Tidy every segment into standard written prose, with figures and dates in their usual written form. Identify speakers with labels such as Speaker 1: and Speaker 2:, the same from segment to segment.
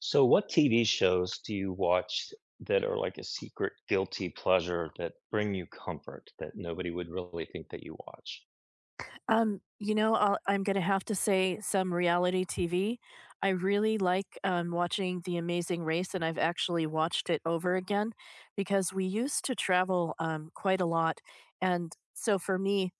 Speaker 1: So, what TV shows do you watch that are like a secret guilty pleasure that bring you comfort that nobody would really think that you watch?
Speaker 2: I'm going to have to say some reality TV. I really like watching The Amazing Race, and I've actually watched it over again because we used to travel quite a lot. And so for me,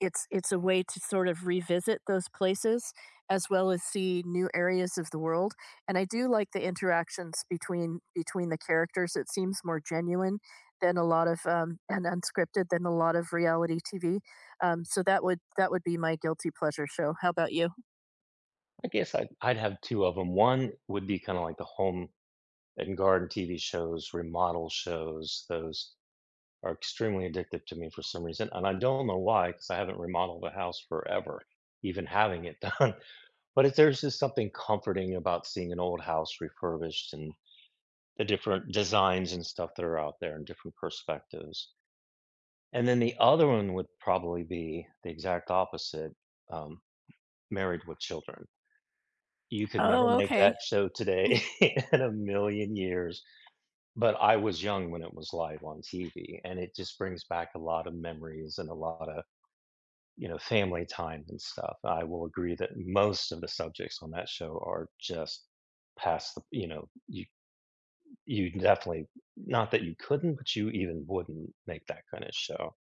Speaker 2: it's a way to sort of revisit those places as well as see new areas of the world, and I do like the interactions between the characters. It seems more genuine than a lot of, and unscripted than a lot of reality TV. So that would be my guilty pleasure show. How about you?
Speaker 1: I guess I'd have two of them. One would be kind of like the home and garden TV shows, remodel shows. Those are extremely addictive to me for some reason. And I don't know why, because I haven't remodeled a house forever, even having it done. But if there's just something comforting about seeing an old house refurbished and the different designs and stuff that are out there and different perspectives. And then the other one would probably be the exact opposite, um, Married with Children. You could never
Speaker 2: Oh,
Speaker 1: make
Speaker 2: okay.
Speaker 1: that show today in a million years, but I was young when it was live on TV, and it just brings back a lot of memories and a lot of family time and stuff. I will agree that most of the subjects on that show are just past the you. You definitely, not that you couldn't, but you even wouldn't make that kind of show.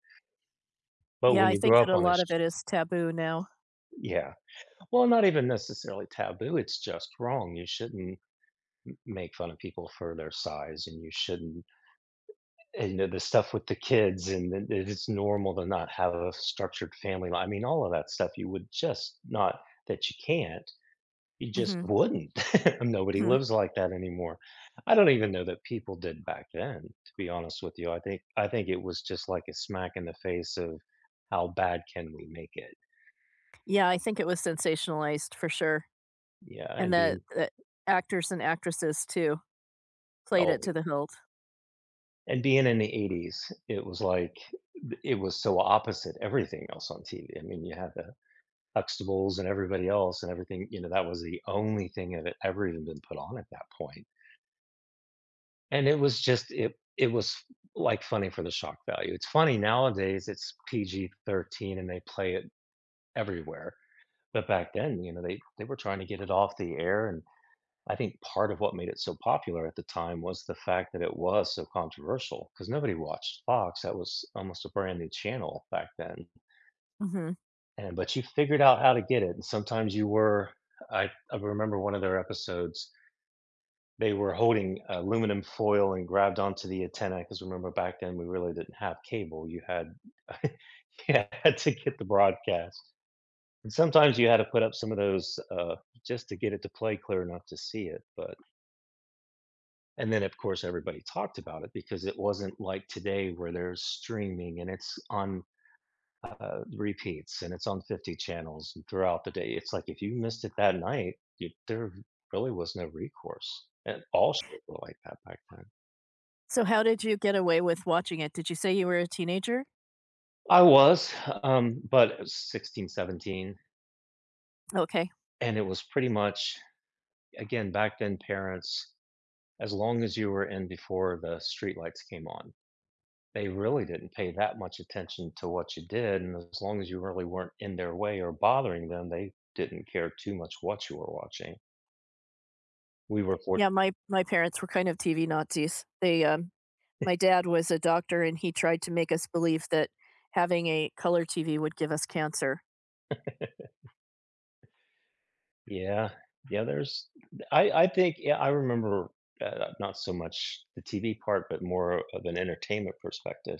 Speaker 1: But
Speaker 2: Yeah,
Speaker 1: when
Speaker 2: I
Speaker 1: you
Speaker 2: think
Speaker 1: grow
Speaker 2: that
Speaker 1: up
Speaker 2: a
Speaker 1: on a
Speaker 2: lot of
Speaker 1: sh,
Speaker 2: it is taboo now.
Speaker 1: yeah. Well, not even necessarily taboo, it's just wrong. You shouldn't make fun of people for their size, and you shouldn't, and the stuff with the kids, and that it's normal to not have a structured family li, I mean, all of that stuff you would just not, that you can't. You just
Speaker 2: Mhm,
Speaker 1: wouldn't. Nobody
Speaker 2: mhm.
Speaker 1: lives like that anymore. I don't even know that people did back then, to be honest with you. I think it was just like a smack in the face of how bad can we make it?
Speaker 2: Yeah, I think it was sensationalized for sure,
Speaker 1: Yeah,
Speaker 2: and
Speaker 1: and
Speaker 2: the
Speaker 1: being,
Speaker 2: the actors and actresses too played
Speaker 1: oh,
Speaker 2: it to the hilt.
Speaker 1: and being in the 80s, it was like it was so opposite everything else on TV. I mean, you had the Huxtables and everybody else and everything that was the only thing that had ever even been put on at that point. And it was, like, funny for the shock value. It's funny nowadays, it's PG-13 and they play it everywhere, but back then they were trying to get it off the air, and I think part of what made it so popular at the time was the fact that it was so controversial. Because nobody watched Fox, that was almost a brand new channel back then,
Speaker 2: Mhm.
Speaker 1: and but you figured out how to get it, and sometimes you were I remember one of their episodes. They were holding aluminum foil and grabbed onto the antenna because, remember, back then we really didn't have cable. You had you had to get the broadcast, and sometimes you had to put up some of those, just to get it to play clear enough to see it. But and then, of course, everybody talked about it because it wasn't like today where there's streaming and it's on, repeats, and it's on 50 channels throughout the day. It's like if you missed it that night, you, there really was no recourse, and all shows were like that back then.
Speaker 2: So how did you get away with watching it? Did you say you were a teenager?
Speaker 1: I was, but it was 16, 17,
Speaker 2: Okay.
Speaker 1: and it was pretty much, again, back then, parents, as long as you were in before the streetlights came on, they really didn't pay that much attention to what you did, and as long as you really weren't in their way or bothering them, they didn't care too much what you were watching. We were for,
Speaker 2: Yeah, my parents were kind of TV Nazis. They My dad was a doctor and he tried to make us believe that having a color TV would give us cancer.
Speaker 1: yeah, yeah, there's, I think, yeah, I remember, not so much the TV part, but more of an entertainment perspective.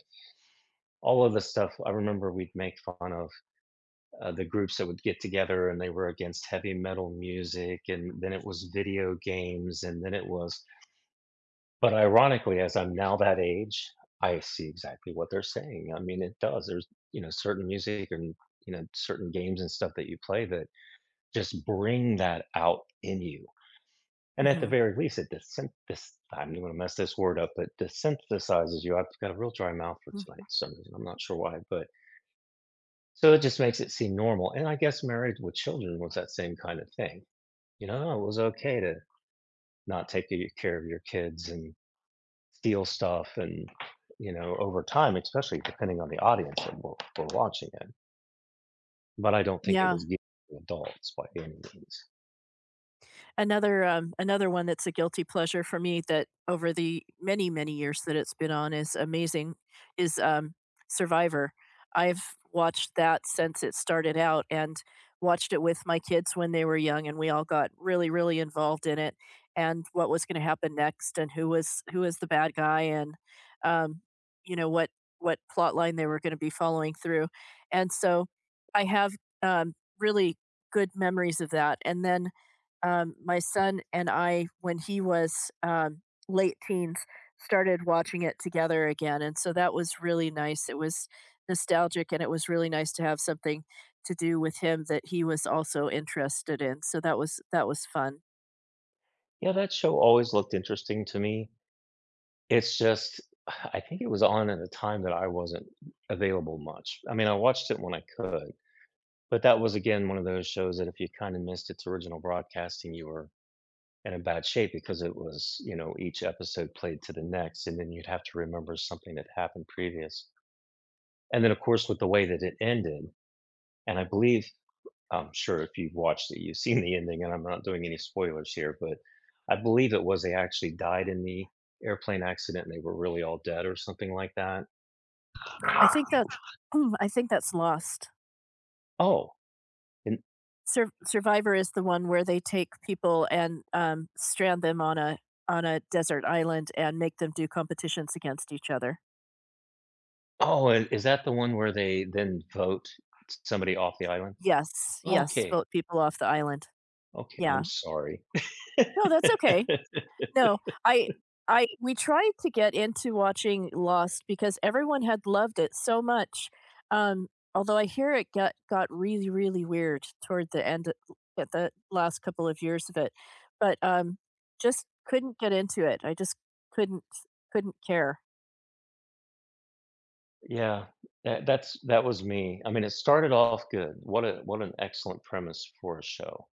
Speaker 1: All of the stuff I remember we'd make fun of, the groups that would get together and they were against heavy metal music, and then it was video games, and then it was, but ironically, as I'm now that age, I see exactly what they're saying. I mean, it does, there's, you know, certain music, and, you know, certain games and stuff that you play that just bring that out in you. And at the
Speaker 2: Mhm.
Speaker 1: very least, it desynth-, this, I'm going to mess this word up, but desynthesizes you. I've got a real dry mouth for tonight
Speaker 2: Mhm.
Speaker 1: for some reason, I'm not sure why, but so it just makes it seem normal. And I guess Married with Children was that same kind of thing. You know, it was okay to not take care of your kids and steal stuff. And over time, especially depending on the audience that we're watching it. But I don't think it was
Speaker 2: Yeah.
Speaker 1: geared to adults by any means.
Speaker 2: Another one that's a guilty pleasure for me that over the many, many years that it's been on is Survivor. I've watched that since it started out and watched it with my kids when they were young, and we all got really, really involved in it and what was gonna happen next and who was the bad guy and, um, you know, what what plot line they were gonna be following through, and so I have, really good memories of that, and then my son and I, when he was um, late teens, started watching it together again, and so that was really nice. It was nostalgic, and it was really nice to have something to do with him that he was also interested in. So that was fun.
Speaker 1: Yeah, that show always looked interesting to me. It's just, I think it was on at a time that I wasn't available much. I mean, I watched it when I could, but that was, again, one of those shows that if you kind of missed its original broadcasting, you were and in bad shape because it was each episode played to the next, and then you'd have to remember something that happened previous. And then, of course, with the way that it ended, and I believe, I'm sure if you've watched it, you've seen the ending, and I'm not doing any spoilers here, but I believe it was they actually died in the airplane accident and they were really all dead or something like that.
Speaker 2: I think that I think that's lost.
Speaker 1: Oh, and
Speaker 2: Survivor is the one where they take people and strand them on a desert island and make them do competitions against each other.
Speaker 1: oh, and is that the one where they then vote somebody off the island?
Speaker 2: Yes, yes,
Speaker 1: Okay,
Speaker 2: vote people off the island.
Speaker 1: okay, I'm
Speaker 2: Yeah.
Speaker 1: sorry.
Speaker 2: No, that's okay. No, I I we tried to get into watching Lost because everyone had loved it so much. Um, Although I hear it got really, really weird toward the end at the last couple of years of it. But just couldn't get into it. I just couldn't couldn't care.
Speaker 1: Yeah, that was me. I mean, it started off good. What an excellent premise for a show.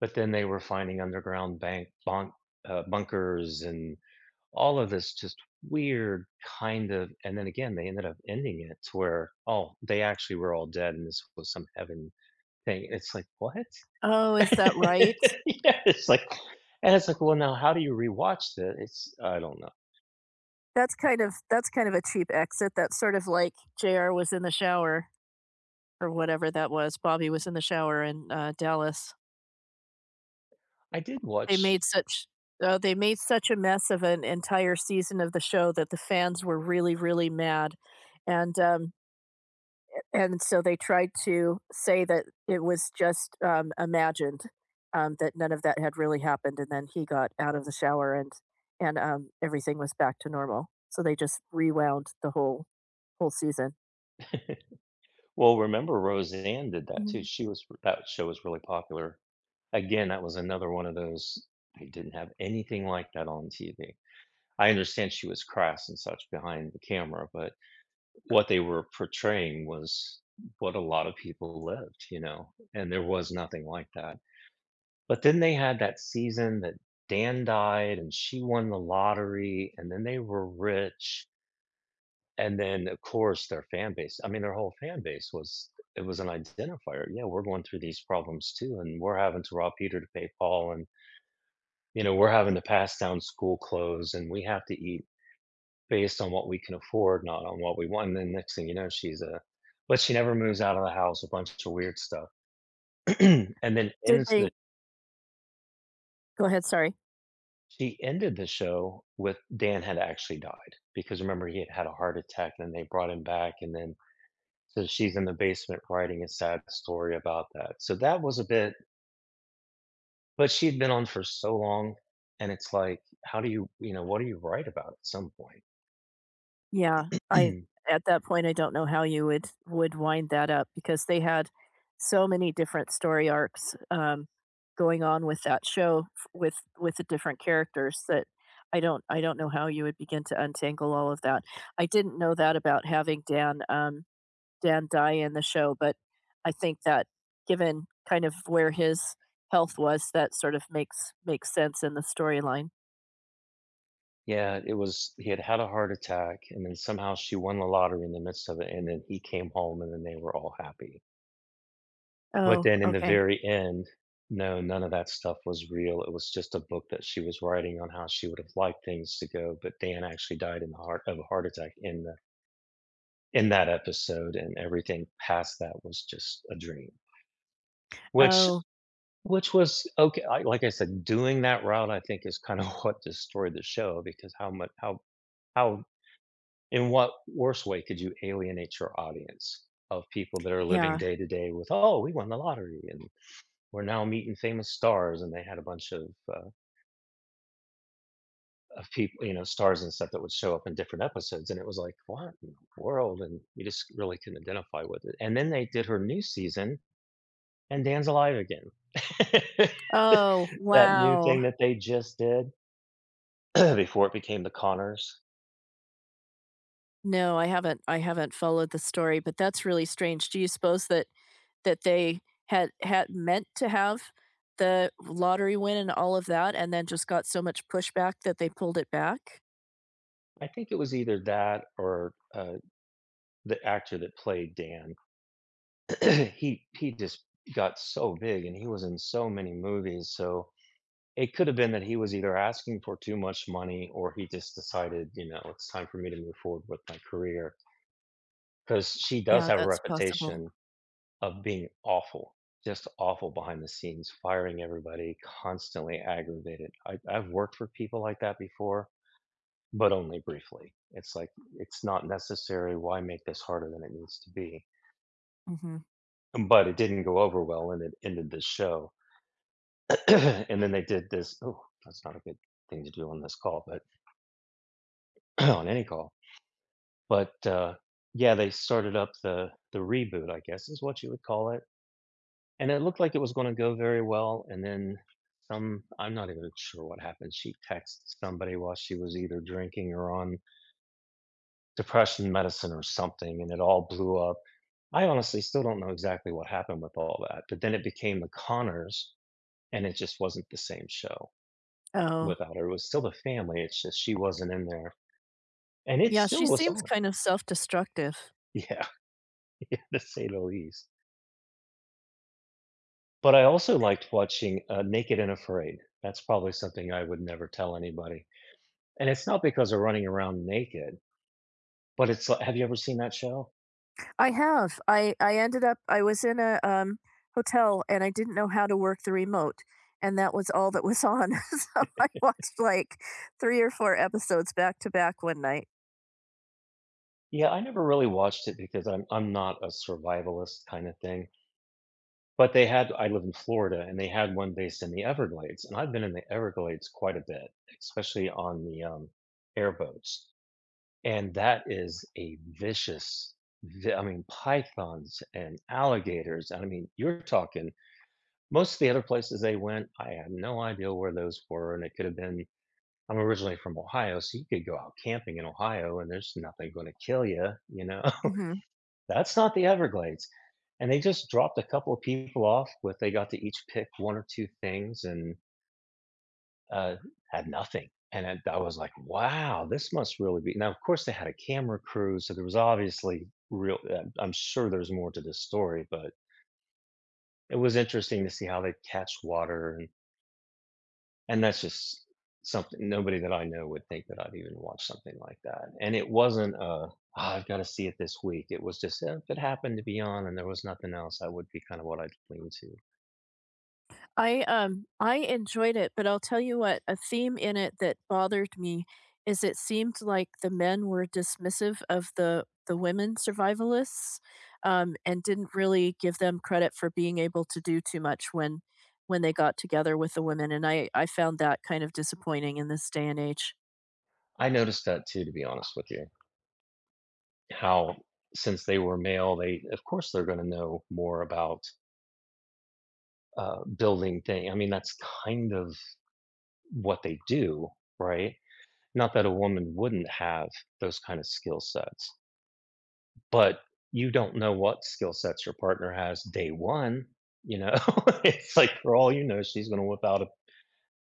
Speaker 1: But then they were finding underground bunkers and all of this just weird kind of. And then again, they ended up ending it to where, oh, they actually were all dead, and this was some heaven thing. It's like, what?
Speaker 2: Oh,
Speaker 1: Yeah,
Speaker 2: is that right?
Speaker 1: it's like, well, now how do you rewatch that? It's, I don't know.
Speaker 2: That's kind of a cheap exit. That's sort of like JR was in the shower or whatever that was. Bobby was in the shower in Dallas.
Speaker 1: I did
Speaker 2: They
Speaker 1: watch.
Speaker 2: made such Oh, they made such a mess of an entire season of the show that the fans were really, really mad, and, um and so they tried to say that it was just, imagined, that none of that had really happened, and then he got out of the shower and everything was back to normal. So they just rewound the whole season.
Speaker 1: Well, remember Roseanne did that too.
Speaker 2: Mhm.
Speaker 1: She was, that show was really popular. Again, that was another one of those, they didn't have anything like that on TV. I understand she was crass and such behind the camera, but what they were portraying was what a lot of people lived and there was nothing like that. But then they had that season that Dan died and she won the lottery and then they were rich, and then, of course, their fan base. I mean, their whole fan base was, it was an identifier. Yeah, we're going through these problems too, and we're having to rob Peter to pay Paul, and, you know, we're having to pass down school clothes, and we have to eat based on what we can afford, not on what we want. And then next thing you know, she's a, but she never moves out of the house. A bunch of weird stuff, and then
Speaker 2: Did
Speaker 1: ends the.
Speaker 2: they Go ahead, sorry.
Speaker 1: She ended the show with Dan had actually died because, remember, he had had a heart attack, and then they brought him back, and then so she's in the basement writing a sad story about that. So that was a bit, but she'd been on for so long, and it's like, how do you, you know, what do you write about at some
Speaker 2: Yeah, I
Speaker 1: point?
Speaker 2: at that point, I don't know how you would wind that up because they had so many different story arcs going on with that show with the different characters that I don't know how you would begin to untangle all of that. I didn't know that about having Dan Dan die in the show, but I think that given kind of where his health was, that sort of makes sense in the storyline.
Speaker 1: Yeah, it was he had had a heart attack, and then somehow she won the lottery in the midst of it, and then he came home, and then they were all happy. But
Speaker 2: Oh,
Speaker 1: then in the
Speaker 2: okay.
Speaker 1: very end, no, none of that stuff was real. It was just a book that she was writing on how she would have liked things to go, but Dan actually died in the heart of a heart attack in the in that episode, and everything past that was just a dream, which
Speaker 2: Oh,
Speaker 1: which was okay. I, like I said, doing that route, I think, is kind of what destroyed the show because how much, how, in what worse way could you alienate your audience of people that are living
Speaker 2: yeah.
Speaker 1: day to day with, oh, we won the lottery, and we're now meeting famous stars. And they had a bunch uh, of people stars and stuff that would show up in different episodes. And it was like, what in the world? And you just really couldn't identify with it. And then they did her new season, And Dan's Alive Again.
Speaker 2: Oh,
Speaker 1: That new
Speaker 2: wow.
Speaker 1: thing that they just did, before it became The Conners.
Speaker 2: No, I haven't followed the story, but that's really strange. Do you suppose that that they had meant to have the lottery win and all of that and then just got so much pushback that they pulled it back?
Speaker 1: I think it was either that or, the actor that played Dan. He just got so big, and he was in so many movies, so it could have been that he was either asking for too much money or he just decided, you know, "It's time for me to move forward with my career, because she does
Speaker 2: Yeah,
Speaker 1: have a
Speaker 2: that's possible.
Speaker 1: reputation of being awful, just awful behind the scenes, firing everybody, constantly aggravated. I've worked for people like that before, but only briefly. It's like, it's not necessary. Why make this harder than it needs to be?
Speaker 2: Mhm.
Speaker 1: But it didn't go over well and it ended the show. And then they did this. Oh, that's not a good thing to do on this call, but on any call. But yeah, they started up the reboot, I guess is what you would call it. And it looked like it was gonna go very well, and then some I'm not even sure what happened. She texted somebody while she was either drinking or on depression medicine or something, and it all blew up. I honestly still don't know exactly what happened with all that, but then it became The Conners, and it just wasn't the same show
Speaker 2: Oh.
Speaker 1: without her. It was still the family, it's just she wasn't in there, and it
Speaker 2: Yeah, she
Speaker 1: still was
Speaker 2: seems
Speaker 1: on.
Speaker 2: kind of self-destructive.
Speaker 1: Yeah, yeah, to say the least. But I also liked watching, Naked and Afraid. That's probably something I would never tell anybody. And it's not because they're running around naked, but it's like, have you ever seen that show?
Speaker 2: I have. I ended up I was in a, hotel and I didn't know how to work the remote, and that was all that was on. So I watched, like, 3 or 4 episodes back to back one night.
Speaker 1: Yeah, I never really watched it because I'm not a survivalist kinda thing, but they had I live in Florida, and they had one based in the Everglades, and I've been in the Everglades quite a bit, especially on the airboats, and that is a vicious vi I mean, pythons and alligators. And I mean, you're talking most of the other places they went, I had no idea where those were, and it could have been I'm originally from Ohio, so you could go out camping in Ohio and there's nothing gonna kill you. You know?
Speaker 2: Mhm.
Speaker 1: That's not the Everglades. And they just dropped a couple of people off with they got to each pick one or two things and, uh, had nothing. And then I was like, "Wow, this must really be." Now, of course, they had a camera crew, so there was obviously real I'm sure there's more to this story, but it was interesting to see how they catch water. And that's just something nobody that I know would think that I'd even watch something like that. And it wasn't a, "Ah, I've gotta see it this week." It was just, eh, if it happened to be on and there was nothing else, that would be kind of what I'd lean to.
Speaker 2: I enjoyed it, but I'll tell you what, a theme in it that bothered me is it seemed like the men were dismissive of the women survivalists, and didn't really give them credit for being able to do too much when they got together with the women, and I found that kind of disappointing in this day and age.
Speaker 1: I noticed that too, to be honest with you. How, since they were male, they, of course, they're gonna know more about, building thing I mean, that's kind of what they do, right? Not that a woman wouldn't have those kind of skill sets. But you don't know what skill sets your partner has day 1, you know? It's like, for all you know, she's gonna whip out a